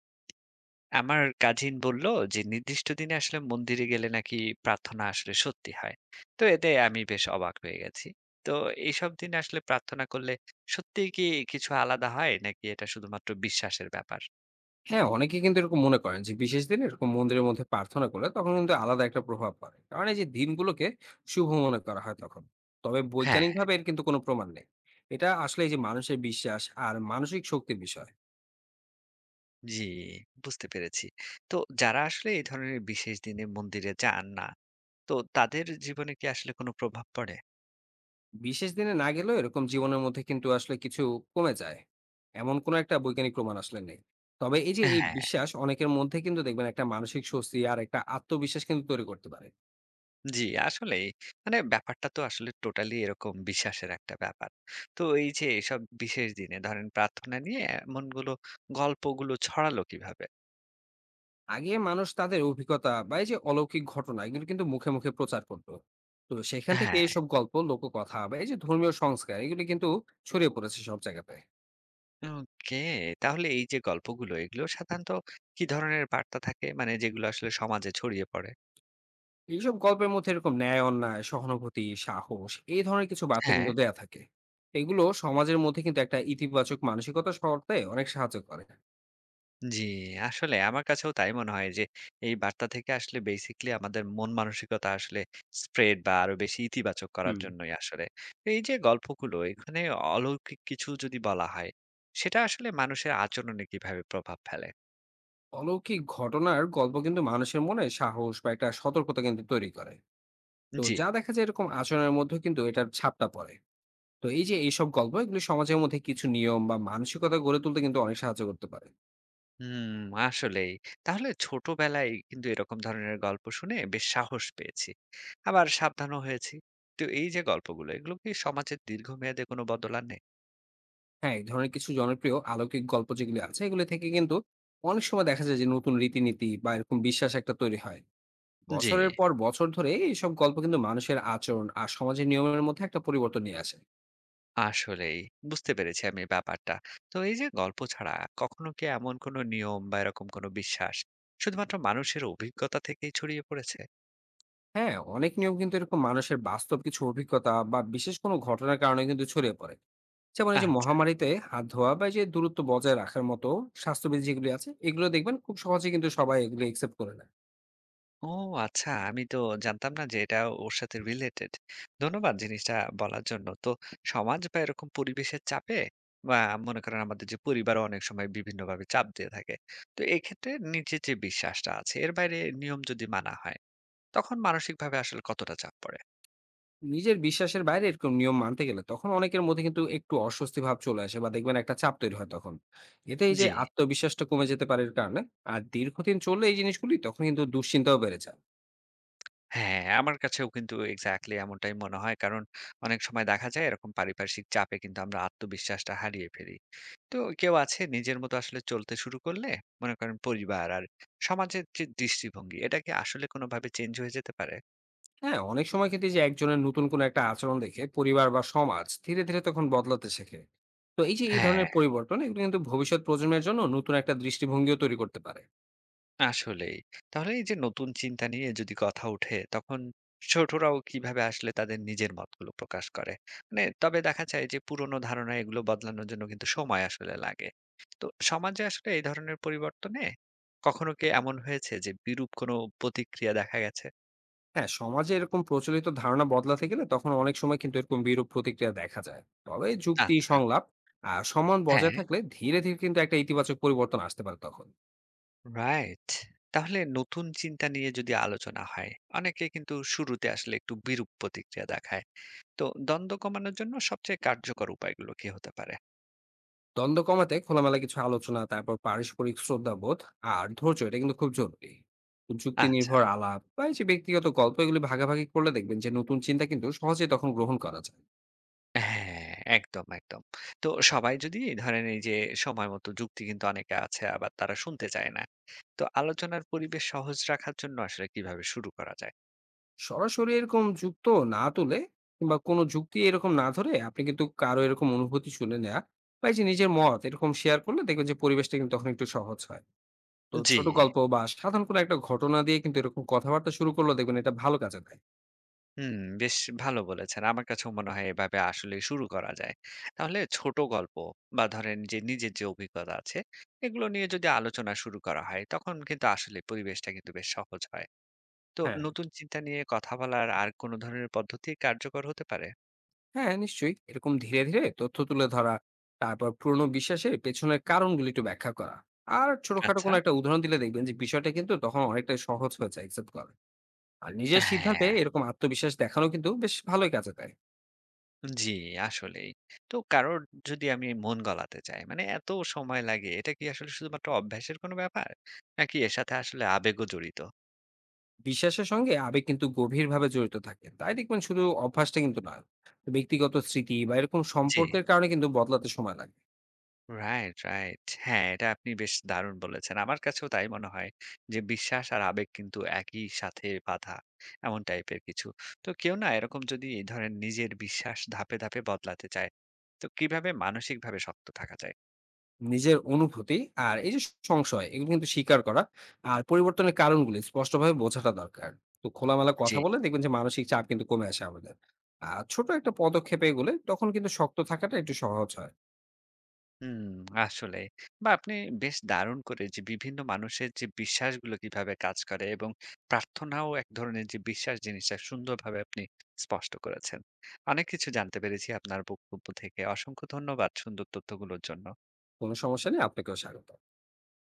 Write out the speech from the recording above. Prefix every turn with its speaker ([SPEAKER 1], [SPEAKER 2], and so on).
[SPEAKER 1] আমার কাজিন বলল যে নির্দিষ্ট দিনে আসলে মন্দিরে গেলে নাকি প্রার্থনা আসলে সত্যি হয়। তো এতে আমি বেশ অবাক হয়ে গেছি। তো এইসব দিন আসলে প্রার্থনা করলে সত্যিই কি কিছু আলাদা হয়, নাকি এটা শুধুমাত্র বিশ্বাসের ব্যাপার?
[SPEAKER 2] হ্যাঁ, অনেকে কিন্তু এরকম মনে করেন যে বিশেষ দিনে এরকম মন্দিরের মধ্যে প্রার্থনা করলে তখন কিন্তু আলাদা একটা প্রভাব পড়ে। কারণ এই যে দিনগুলোকে শুভ মনে করা হয় তখন। তবে
[SPEAKER 1] হ্যাঁ।
[SPEAKER 2] বৈজ্ঞানিকভাবে এর কিন্তু কোনো প্রমাণ নেই। এটা আসলে এই যে মানুষের বিশ্বাস আর মানসিক শক্তির বিষয়।
[SPEAKER 1] জি, বুঝতে পেরেছি। তো যারা আসলে এই ধরনের বিশেষ দিনে মন্দিরে যান না, তো তাদের জীবনে কি আসলে কোনো প্রভাব পড়ে?
[SPEAKER 2] বিশেষ দিনে না গেলেও এরকম জীবনের মধ্যে কিন্তু আসলে কিছু কমে যায়। এমন কোনো একটা বৈজ্ঞানিক প্রমাণ আসলে নেই। তবে এই যে এই
[SPEAKER 1] হ্যাঁ,
[SPEAKER 2] বিশ্বাস অনেকের মধ্যে কিন্তু দেখবেন একটা মানসিক স্বস্তি আর একটা আত্মবিশ্বাস কিন্তু তৈরি করতে পারে।
[SPEAKER 1] জি, আসলেই। মানে ব্যাপারটা তো আসলে টোটালি এরকম বিশ্বাসের একটা ব্যাপার। তো এই যে এসব বিশেষ দিনে ধরেন প্রার্থনা নিয়ে এমনগুলো গল্পগুলো ছড়ালো কিভাবে?
[SPEAKER 2] আগে মানুষ তাদের অভিজ্ঞতা বা এই যে অলৌকিক ঘটনা এগুলো কিন্তু মুখে মুখে প্রচার করতো। তো সেখান থেকে
[SPEAKER 1] হ্যাঁ,
[SPEAKER 2] এইসব গল্প লোককথা বা এই যে ধর্মীয় সংস্কার এগুলো কিন্তু ছড়িয়ে পড়েছে সব জায়গাতে।
[SPEAKER 1] ওকে। তাহলে এই যে গল্পগুলো এগুলো সাধারণত কি ধরনের বার্তা থাকে? মানে যেগুলো আসলে সমাজে ছড়িয়ে পড়ে?
[SPEAKER 2] এইসব গল্পের মধ্যে এরকম ন্যায় অন্যায় সহানুভূতি সাহস এই ধরনের কিছু বার্তা
[SPEAKER 1] হ্যাঁ।
[SPEAKER 2] কিন্তু দেয়া থাকে। এগুলো সমাজের মধ্যে কিন্তু একটা ইতিবাচক মানসিকতা সরতে অনেক সাহায্য করে।
[SPEAKER 1] জি, আসলে আমার কাছেও তাই মনে হয় যে এই বার্তা থেকে আসলে বেসিক্যালি আমাদের মন মানসিকতা আসলে স্প্রেড বা আরো বেশি ইতিবাচক করার
[SPEAKER 2] হুম।
[SPEAKER 1] জন্যই আসলে। এই যে গল্পগুলো এখানে অলৌকিক কিছু যদি বলা হয়, সেটা আসলে মানুষের আচরণে কিভাবে প্রভাব ফেলে?
[SPEAKER 2] অলৌকিক ঘটনার গল্প কিন্তু মানুষের মনে সাহস বা একটা সতর্কতা কিন্তু তৈরি করে। তো
[SPEAKER 1] জি।
[SPEAKER 2] যা দেখা যায় এরকম আচরণের মধ্যে কিন্তু এটার ছাপটা পড়ে। তো এই যে এইসব গল্প এগুলো সমাজের মধ্যে কিছু নিয়ম বা মানসিকতা গড়ে তুলতে কিন্তু অনেক সাহায্য করতে পারে।
[SPEAKER 1] হুম, আসলেই। তাহলে ছোটবেলায় কিন্তু এরকম ধরনের গল্প শুনে বেশ সাহস পেয়েছি। আবার সাবধানও হয়েছি। তো এই যে গল্পগুলো এগুলো কি সমাজের দীর্ঘমেয়াদে কোনো বদল আনে?
[SPEAKER 2] হ্যাঁ, এই ধরনের কিছু জনপ্রিয় অলৌকিক গল্প যেগুলি আছে এগুলো থেকে কিন্তু অনেক সময় দেখা যায় যে নতুন রীতিনীতি বা এরকম বিশ্বাস একটা তৈরি হয়।
[SPEAKER 1] জি,
[SPEAKER 2] বছরের পর বছর ধরে এইসব গল্প কিন্তু মানুষের আচরণ আর সমাজের নিয়মের মধ্যে একটা পরিবর্তন নিয়ে আসে।
[SPEAKER 1] আসলেই। বুঝতে পেরেছি আমি ব্যাপারটা। তো এই যে গল্প ছাড়া কখনো কি এমন কোনো নিয়ম বা এরকম কোনো বিশ্বাস শুধুমাত্র মানুষের অভিজ্ঞতা থেকেই ছড়িয়ে পড়েছে?
[SPEAKER 2] হ্যাঁ, অনেক নিয়ম কিন্তু এরকম মানুষের বাস্তব কিছু অভিজ্ঞতা বা বিশেষ কোনো ঘটনার কারণে কিন্তু ছড়িয়ে পড়ে। যেমন এই যে
[SPEAKER 1] আচ্ছা।
[SPEAKER 2] মহামারীতে হাত ধোয়া বা এই যে দূরত্ব বজায় রাখার মতো স্বাস্থ্যবিধি যেগুলি আছে এগুলো দেখবেন খুব সহজে কিন্তু সবাই এগুলো একসেপ্ট করে নেয়।
[SPEAKER 1] ও, আচ্ছা, আমি তো জানতাম না যে এটা ওর সাথে রিলেটেড। ধন্যবাদ জিনিসটা বলার জন্য। তো সমাজ বা এরকম পরিবেশের চাপে, বা মনে করেন আমাদের যে পরিবারও অনেক সময় বিভিন্নভাবে চাপ দিয়ে থাকে। তো এক্ষেত্রে নিজের যে বিশ্বাসটা আছে এর বাইরে নিয়ম যদি মানা হয়, তখন মানসিকভাবে আসলে কতটা চাপ পড়ে?
[SPEAKER 2] নিজের বিশ্বাসের বাইরে এরকম নিয়ম মানতে গেলে তখন অনেকের মধ্যে কিন্তু একটু অস্বস্তি ভাব চলে আসে বা দেখবেন একটা চাপ তৈরি হয় তখন। এতে এই যে
[SPEAKER 1] জি।
[SPEAKER 2] আত্মবিশ্বাসটা কমে যেতে পারে এর কারণে। আর দীর্ঘদিন চললে এই জিনিসগুলি তখন কিন্তু দুশ্চিন্তাও বেড়ে যায়।
[SPEAKER 1] হ্যাঁ, আমার কাছেও কিন্তু এক্সাক্টলি এমনটাই মনে হয়। কারণ অনেক সময় দেখা যায় এরকম পারিপার্শ্বিক চাপে কিন্তু আমরা আত্মবিশ্বাসটা হারিয়ে ফেলি। তো কেউ আছে নিজের মতো আসলে চলতে শুরু করলে, মনে করেন পরিবার আর সমাজের যে দৃষ্টিভঙ্গি এটা কি আসলে কোনোভাবে চেঞ্জ হয়ে যেতে পারে?
[SPEAKER 2] হ্যাঁ, অনেক সময় কিন্তু এই যে একজনের নতুন কোনো একটা আচরণ দেখে পরিবার বা সমাজ ধীরে ধীরে তখন বদলাতে শেখে। তো এই যে এই
[SPEAKER 1] হ্যাঁ,
[SPEAKER 2] ধরনের পরিবর্তন এগুলো কিন্তু ভবিষ্যৎ প্রজন্মের জন্য নতুন একটা দৃষ্টিভঙ্গিও তৈরি করতে পারে।
[SPEAKER 1] আসলেই। তাহলে এই যে নতুন চিন্তা নিয়ে যদি কথা উঠে, তখন ছোটরাও কিভাবে আসলে তাদের নিজের মতগুলো প্রকাশ করে? মানে তবে দেখা যায় যে পুরনো ধারণা এগুলো বদলানোর জন্য কিন্তু সময় আসলে লাগে। তো সমাজে আসলে এই ধরনের পরিবর্তনে কখনো কি এমন হয়েছে যে বিরূপ কোনো প্রতিক্রিয়া দেখা গেছে?
[SPEAKER 2] হ্যাঁ, সমাজে এরকম প্রচলিত ধারণা বদলাতে গেলে তখন অনেক সময় কিন্তু এরকম বিরূপ প্রতিক্রিয়া দেখা যায়। তবে যুক্তি
[SPEAKER 1] আচ্ছা,
[SPEAKER 2] সংলাপ আর সম্মান
[SPEAKER 1] হ্যাঁ,
[SPEAKER 2] বজায় থাকলে ধীরে ধীরে কিন্তু একটা ইতিবাচক পরিবর্তন আসতে পারে তখন।
[SPEAKER 1] রাইট। তাহলে নতুন চিন্তা নিয়ে যদি আলোচনা হয়, অনেকে কিন্তু শুরুতে আসলে একটু বিরূপ প্রতিক্রিয়া দেখায়। তো দ্বন্দ্ব কমানোর জন্য সবচেয়ে কার্যকর উপায়গুলো কি হতে পারে?
[SPEAKER 2] দ্বন্দ্ব কমাতে খোলামেলা কিছু আলোচনা, তারপর পারস্পরিক শ্রদ্ধাবোধ আর ধৈর্য এটা কিন্তু খুব জরুরি। তো যুক্তি
[SPEAKER 1] আচ্ছা।
[SPEAKER 2] নির্ভর আলাপ বা এই যে ব্যক্তিগত গল্প এগুলি ভাগাভাগি করলে দেখবেন যে নতুন চিন্তা কিন্তু সহজে তখন গ্রহণ করা যায়।
[SPEAKER 1] হ্যাঁ, একদম, একদম। তো সবাই যদি ধরেন এই যে সময় মতো যুক্তি, কিন্তু অনেকে আছে আবার তারা শুনতে চায় না। তো আলোচনার পরিবেশ সহজ রাখার জন্য আসলে কিভাবে শুরু করা যায়?
[SPEAKER 2] সরাসরি এরকম যুক্ত না তুলে কিংবা কোনো যুক্তি এরকম না ধরে আপনি কিন্তু কারো এরকম অনুভূতি শুনে নেয়া বা এই যে নিজের মত এরকম শেয়ার করলে দেখবেন যে পরিবেশটা কিন্তু তখন একটু সহজ হয়। তো
[SPEAKER 1] জি।
[SPEAKER 2] ছোট গল্প বা সাধারণ কোনো একটা ঘটনা দিয়ে কিন্তু এরকম কথাবার্তা শুরু করলে দেখবেন এটা ভালো কাজে দেয়।
[SPEAKER 1] হুম, বেশ ভালো বলেছেন। আমার কাছেও মনে হয় এভাবে আসলে শুরু করা যায়। তাহলে ছোট গল্প বা ধরেন যে নিজের যে অভিজ্ঞতা আছে এগুলো নিয়ে যদি আলোচনা শুরু করা হয়, তখন কিন্তু আসলে পরিবেশটা কিন্তু বেশ সহজ হয়। তো
[SPEAKER 2] হ্যাঁ
[SPEAKER 1] নতুন চিন্তা নিয়ে কথা বলার আর কোন ধরনের পদ্ধতি কার্যকর হতে পারে?
[SPEAKER 2] হ্যাঁ নিশ্চয়ই এরকম ধীরে ধীরে তথ্য তুলে ধরা, তারপর পুরনো বিশ্বাসের পেছনের কারণগুলি একটু ব্যাখ্যা করা আর ছোটখাটো
[SPEAKER 1] আচ্ছা।
[SPEAKER 2] কোনো একটা উদাহরণ দিলে দেখবেন যে বিষয়টা কিন্তু তখন অনেকটাই সহজ হয়ে যায় একসেপ্ট করা। আর নিজের সিদ্ধান্তে
[SPEAKER 1] হ্যাঁ,
[SPEAKER 2] এরকম আত্মবিশ্বাস দেখানো কিন্তু বেশ ভালোই কাজে দেয়।
[SPEAKER 1] জি, আসলেই। তো কারোর যদি আমি মন গলাতে চাই, মানে এত সময় লাগে, এটা কি আসলে শুধুমাত্র অভ্যাসের কোনো ব্যাপার? নাকি এর সাথে আসলে আবেগও জড়িত?
[SPEAKER 2] বিশ্বাসের সঙ্গে আবেগ কিন্তু গভীরভাবে জড়িত থাকে, তাই দেখবেন শুধু অভ্যাসটা কিন্তু নয়। ব্যক্তিগত স্মৃতি বা এরকম
[SPEAKER 1] জি,
[SPEAKER 2] সম্পর্কের কারণে কিন্তু বদলাতে সময় লাগে।
[SPEAKER 1] Right, right. হ্যাঁ, এটা আপনি বেশ দারুণ বলেছেন। আমার কাছেও তাই মনে হয় যে বিশ্বাস আর আবেগ কিন্তু একই সাথে বাঁধা, এমন টাইপের কিছু। তো কেউ না এরকম যদি এই ধরেন নিজের বিশ্বাস ধাপে ধাপে বদলাতে চায়, তো কিভাবে মানসিকভাবে শক্ত থাকা যায়?
[SPEAKER 2] নিজের অনুভূতি আর এই যে সংশয় এগুলো কিন্তু স্বীকার করা আর পরিবর্তনের কারণগুলি স্পষ্টভাবে বোঝাটা দরকার। তো খোলামেলা
[SPEAKER 1] জি।
[SPEAKER 2] কথা বলে দেখবেন যে মানসিক চাপ কিন্তু কমে আসে আমাদের। আর ছোট একটা পদক্ষেপে এগুলে তখন কিন্তু শক্ত থাকাটা একটু সহজ হয়।
[SPEAKER 1] হুম, আসলে। বা আপনি বেশ দারুণ করে যে বিভিন্ন মানুষের যে বিশ্বাসগুলো কিভাবে কাজ করে এবং প্রার্থনাও এক ধরনের যে বিশ্বাস জিনিসটা সুন্দরভাবে আপনি স্পষ্ট করেছেন। অনেক কিছু জানতে পেরেছি আপনার বক্তব্য থেকে। অসংখ্য ধন্যবাদ সুন্দর তথ্যগুলোর জন্য।
[SPEAKER 2] কোনো সমস্যা নেই, আপনাকেও স্বাগত।